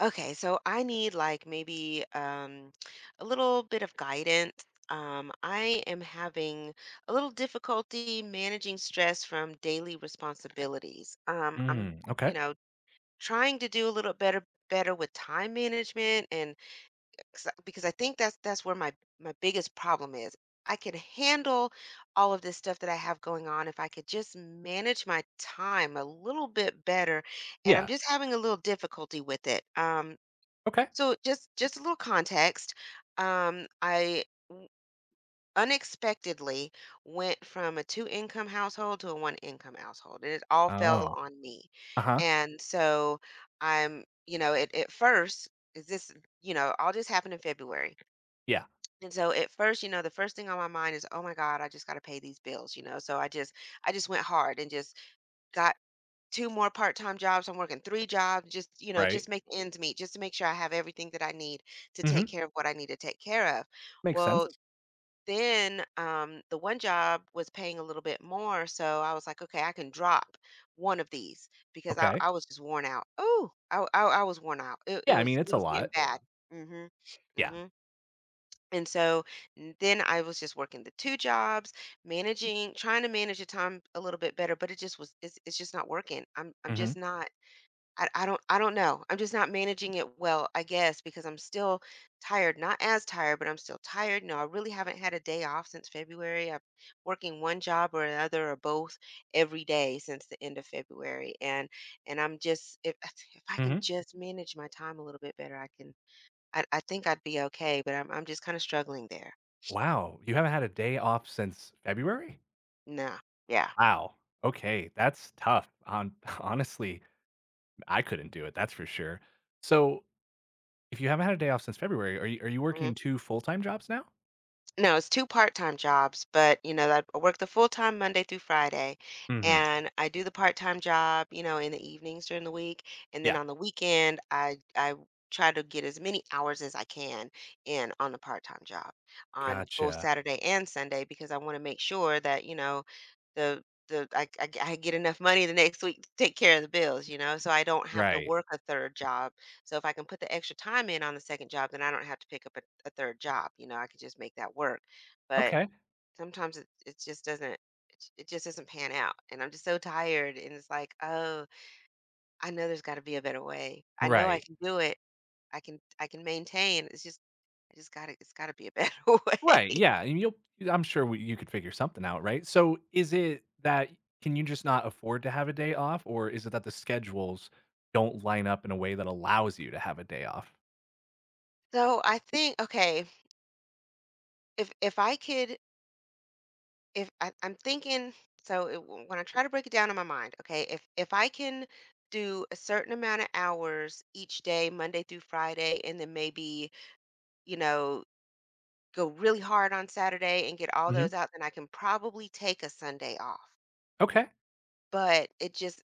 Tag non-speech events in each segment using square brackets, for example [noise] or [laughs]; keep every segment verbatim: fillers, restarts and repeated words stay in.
Okay, so I need like maybe um, a little bit of guidance. Um, I am having a little difficulty managing stress from daily responsibilities. Um, I'm, Mm, you okay. know, trying to do a little better better with time management and 'cause I- because I think that's that's where my my biggest problem is. I could handle all of this stuff that I have going on if I could just manage my time a little bit better, and I'm Yeah. just having a little difficulty with it. Um, Okay. so just just a little context. Um, I w- Unexpectedly went from a two income household to a one income household, and it all fell Oh. on me. Uh-huh. And so I'm, you know, it, at at first is this, you know, all this happened in February. Yeah. And so at first, you know, the first thing on my mind is, oh my God, I just got to pay these bills, you know. So I just I just went hard and just got two more part-time jobs. I'm working three jobs, just, you know, Right. just make ends meet, just to make sure I have everything that I need to take Mhm. care of what I need to take care of. Makes sense. Well, then um, the one job was paying a little bit more, so I was like, okay, I can drop one of these because I, Okay. I was just worn out. Oh, I, I I was worn out. It, Yeah, it I was mean, it it's a was getting lot. bad. mm Mhm. mm Yeah. Mhm. And so n- then I was just working the two jobs, managing, trying to manage the time a little bit better, but it just was it's, it's just not working. I'm I'm just Mhm. not I I don't I don't know. I'm just not managing it well, I guess, because I'm still tired. Not as tired, but I'm still tired. No, I really haven't had a day off since February. I'm working one job or another or both every day since the end of February. And and I'm just if [sighs] if I can Mhm. just manage my time a little bit better, I can I, I think I'd be okay, but I'm I'm just kind of struggling there. Wow, you haven't had a day off since February? No. Yeah. Wow. Okay, that's tough. On [laughs] honestly, I couldn't do it, that's for sure. So, if you haven't had a day off since February, are you are you working two full-time jobs now? No, it's two part-time jobs, but, you know, that I work the full-time Monday through Friday, Mhm. and I do the part-time job, you know, in the evenings during the week, and then Yeah. on the weekend, I I try to get as many hours as I can in on the part-time job on both Gotcha. Saturday and Sunday because I wanna make sure that, you know, the the I I I get enough money the next week to take care of the bills, you know, so I don't have to Right. work a third job. So if I can put the extra time in on the second job, then I don't have to pick up a, a third job. You know, I could just make that work. But Okay. sometimes it, it just doesn't it it just doesn't pan out, and I'm just so tired and it's like, oh, I know there's got to be a better way. I know I Right. can do it. i can I can maintain. It's just I just gotta it's gotta be a better [laughs] Right, way. yeah, and you'll I'm sure we you could figure something out, right? So, is it that can you just not afford to have a day off, or is it that the schedules don't line up in a way that allows you to have a day off? So I think, okay, if if i could if I, I'm thinking, so it, w- when I try to break it down in my mind, okay, if if I can do a certain amount of hours each day, Monday through Friday, and then maybe, you know, go really hard on Saturday and get all those Mhm. out, then I can probably take a Sunday off. Okay. But it just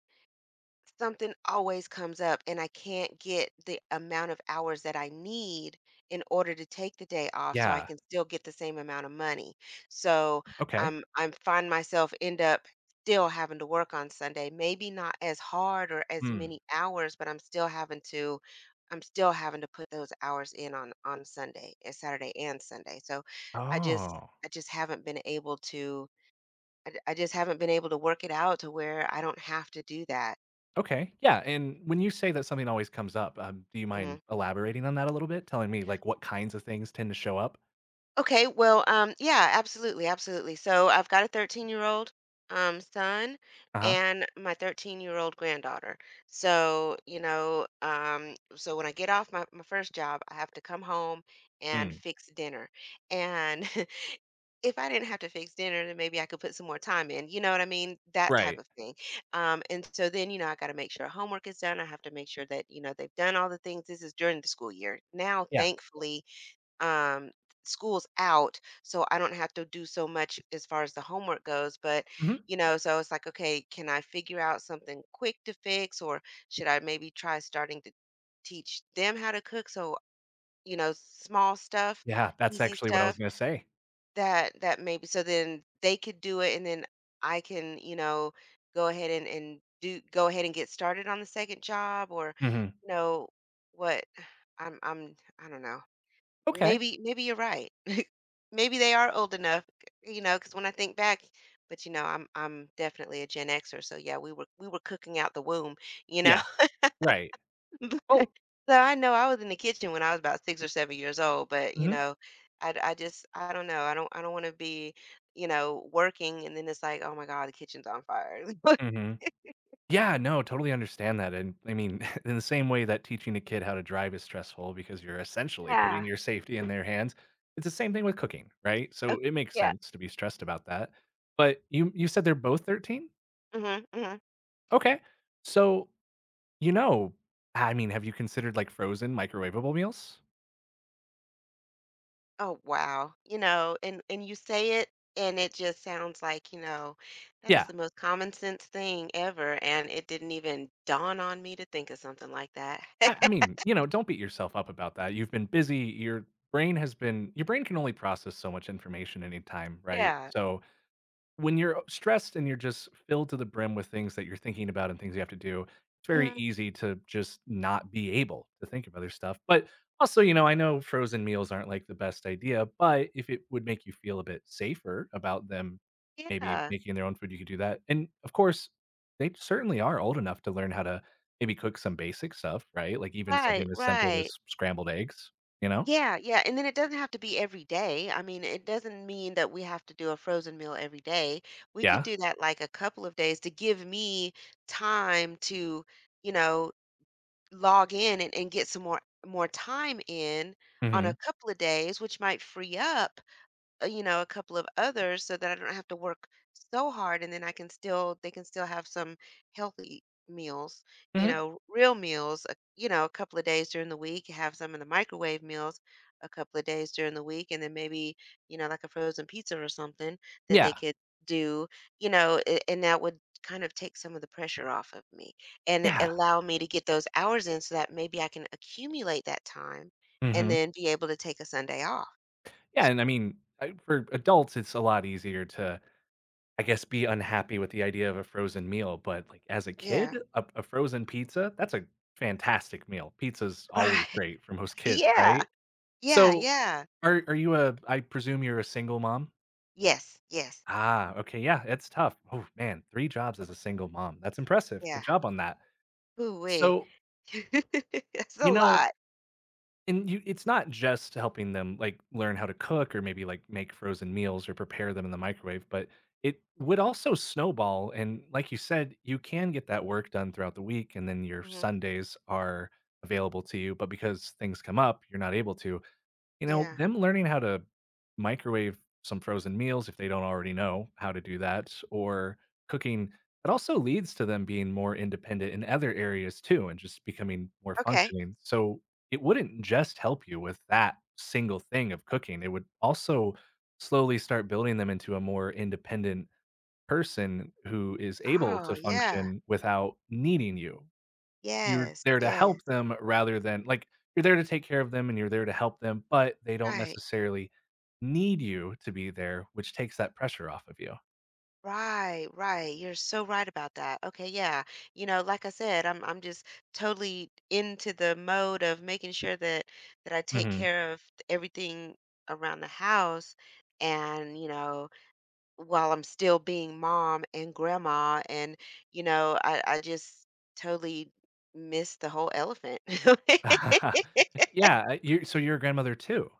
something always comes up and I can't get the amount of hours that I need in order to take the day off so I Yeah. can still get the same amount of money. So Okay. I'm I'm find myself end up still having to work on Sunday, maybe not as hard or as Mm. many hours, but I'm still having to I'm still having to put those hours in on on Sunday, uh, Saturday and Sunday. So I just Oh, I just haven't been able to I, I just haven't been able to work it out to where I don't have to do that. okay. Yeah, and when you say that something always comes up, um, do you Mm-hmm. mind elaborating on that a little bit? Telling me, like, what kinds of things tend to show up? Okay, well, um, yeah, absolutely, absolutely. So I've got a thirteen year old um, son Uh-huh. and my thirteen year old granddaughter. So, you know, um, so when I get off my, my first job, I have to come home and Mm. fix dinner. And [laughs] if I didn't have to fix dinner, then maybe I could put some more time in, you know what I mean? That type Right. of thing. Um, and so then, you know, I got to make sure homework is done. I have to make sure that, you know, they've done all the things. This is during the school year. Now, Yeah. thankfully, um, school's out, so I don't have to do so much as far as the homework goes. But, Mhm. you know, so it's like, okay, can I figure out something quick to fix, or should I maybe try starting to teach them how to cook? So, you know, small stuff, Yeah, that's easy actually what I was stuff gonna say. that that maybe so then they could do it, and then I can, you know, go ahead and and do go ahead and get started on the second job, or, Mhm. you know, what I'm I'm I don't know. Okay. Maybe maybe you're right. Maybe they are old enough, you know, because when I think back, but, you know, I'm I'm definitely a Gen Xer, so, yeah, we were we were cooking out the womb, you know? Yeah. Right. [laughs] But Well. so I know I was in the kitchen when I was about six or seven years old, but, you Mhm. know, I I just I don't know. I don't I don't wanna be, you know, working and then it's like, "Oh my god, the kitchen's on fire." [laughs] Mhm. Yeah, no, totally understand that, and I mean, [laughs] in the same way that teaching a kid how to drive is stressful because you're essentially putting Yeah. your safety in their hands, it's the same thing with cooking, right? Okay. So, it makes Yeah. sense to be stressed about that. But you you said they're both thirteen? Mhm. Mhm. Okay. So, you know I mean, have you considered, like, frozen microwavable meals? Oh, wow. You know, and and you say it and it just sounds like, you know, that is Yeah. the most common sense thing ever, and it didn't even dawn on me to think of something like that. I I mean, [laughs] you know, don't beat yourself up about that. You've been busy, your brain has been your brain can only process so much information at any time, right? Yeah. So, when you're stressed and you're just filled to the brim with things that you're thinking about and things you have to do, it's very Mhm. easy to just not be able to think of other stuff. But also, you know, I know frozen meals aren't like the best idea, but if it would make you feel a bit safer about them maybe Yeah. making their own food, you could do that. And of course, they certainly are old enough to learn how to maybe cook some basic stuff, right? Like even Right, something as simple as right. scrambled eggs, you know? Yeah, yeah, and then it doesn't have to be every day. I mean, it doesn't mean that we have to do a frozen meal every day. We could Yeah. do that like a couple of days to give me time to, you know, log in and and get some more more time in on a Hmm. couple of days, which might free up, uh, you know, a couple of others so that I don't have to work so hard and then I can still they can still have some healthy meals, you Hmm. know, real meals, uh, you know, a couple of days during the week, have some of the microwave meals a couple of days during the week and then maybe, you know, like a frozen pizza or something that they Yeah. could do, you know, a- and that would kind of take some of the pressure off of me and Yeah. allow me to get those hours in so that maybe I can accumulate that time and Hmm. then be able to take a Sunday off. Yeah, and I mean, I for adults, it's a lot easier to, I guess, be unhappy with the idea of a frozen meal, but, like, as a Yeah. kid, a a frozen pizza, that's a fantastic meal. Pizza's always Right. great for most kids, Yeah. right? Yeah, So, yeah. are are you a I presume you're a single mom? Yes, yes. Ah, okay, yeah, it's tough. Oh, man, three jobs as a single mom. That's impressive. Yeah. Good job on that. Ooh-wee. So, [laughs] That's a you know lot. And you it's not just helping them, like, learn how to cook or maybe, like, make frozen meals or prepare them in the microwave, but it would also snowball, and like you said, you can get that work done throughout the week, and then your Mhm. Sundays are available to you, but because things come up, you're not able to. You know, Yeah. them learning how to microwave some frozen meals if they don't already know how to do that or cooking, it also leads to them being more independent in other areas too and just becoming more Okay. functioning. So it wouldn't just help you with that single thing of cooking. It would also slowly start building them into a more independent person who is able Oh, to yeah. function without needing you. You're Yes, there to yes. help them rather than like, you're there to take care of them and you're there to help them, but they don't Right. necessarily need you to be there, which takes that pressure off of you. Right, right. You're so right about that. Okay, yeah. You know, like I said, I'm I'm just totally into the mode of making sure that that I take Mhm. care of everything around the house and, you know, while I'm still being mom and grandma and, you know, I I just totally missed the whole elephant. [laughs] [laughs] Yeah, you so you're a grandmother too?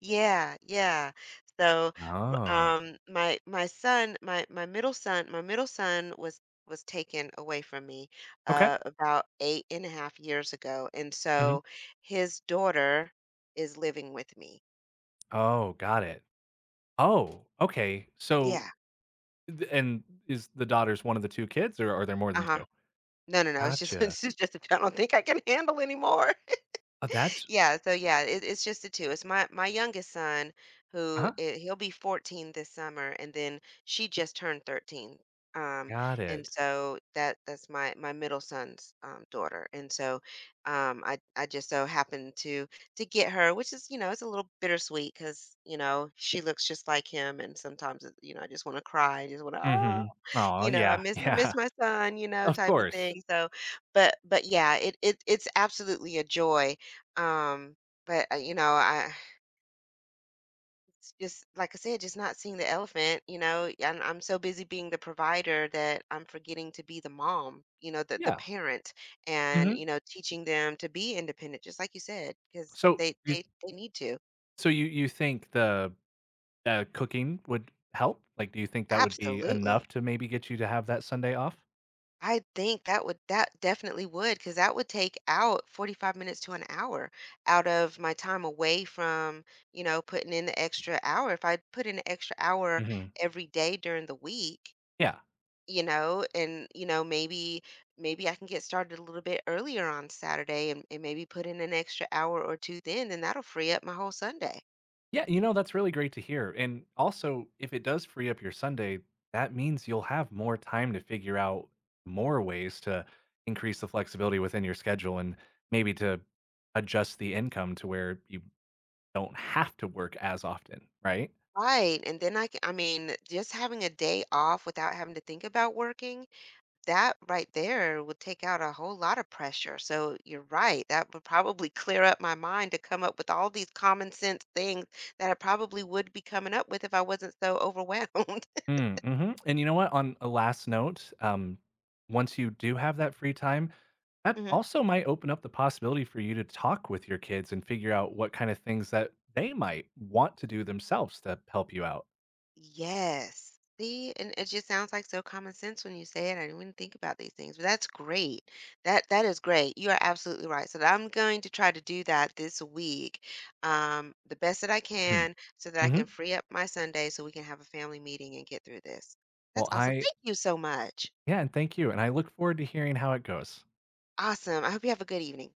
Yeah, yeah. So, r- Oh, um, my my son, my my middle son, my middle son was was taken away from me okay. uh, about eight and a half years ago, and Mhm. so his daughter is living with me. Oh, got it. Oh, okay. So Yeah. th and is the daughters one of the two kids, or are there more than Uh-huh. two? No, no, no. It's just [laughs] Gotcha. it's just I don't think I can handle anymore. Oh, that's. Yeah, so yeah, it, it's just the two. It's my my youngest son who Uh-huh. I he'll be fourteen this summer, and then she just turned thirteen. Um, Got and it. so that that's my my middle son's um, daughter, and so um, I I just so happened to to get her, which is, you know, it's a little bittersweet because, you know, she looks just like him, and sometimes it- you know, I just want to cry, I just want to, Mhm. Aw, you know, I yeah, miss I yeah. miss my son, you [laughs] know, Of type of course. thing. So, but but yeah, it it it's absolutely a joy. Um, but uh, you know, I it's just like I said, just not seeing the elephant. You know, and I'm so busy being the provider that I'm forgetting to be the mom. You know, the the Yeah. parent, and you Mhm. know, teaching them to be independent, just like you said, because So, they you they they need to. So you you think the, uh, cooking would help? Like, do you think that would be enough Absolutely. to maybe get you to have that Sunday off? I think that would that definitely would, because that would take out forty-five minutes to an hour out of my time away from, you know, putting in the extra hour. If I put in an extra hour Mhm. every day during the week, Yeah. you know, and, you know, maybe maybe I can get started a little bit earlier on Saturday and, and maybe put in an extra hour or two, then, then that'll free up my whole Sunday. Yeah, you know, that's really great to hear, and also, if it does free up your Sunday, that means you'll have more time to figure out more ways to increase the flexibility within your schedule and maybe to adjust the income to where you don't have to work as often, right? Right. And then I can, I mean, just having a day off without having to think about working, that right there would take out a whole lot of pressure. So you're right. That would probably clear up my mind to come up with all these common sense things that I probably would be coming up with if I wasn't so overwhelmed. [laughs] Mm, mhm, and you know what? On a last note, um, once you do have that free time, that Mhm. also might open up the possibility for you to talk with your kids and figure out what kind of things that they might want to do themselves to help you out. Yes. See, and it just sounds like so common sense when you say it. I didn't even think about these things, but that's great. That that is great. You are absolutely right. So I'm going to try to do that this week, um, the best that I Hmm. can, so that I Mhm. can free up my Sunday so we can have a family meeting and get through this. That's Well, awesome. I Thank you so much. yeah, and thank you, and I look forward to hearing how it goes. Awesome. I hope you have a good evening.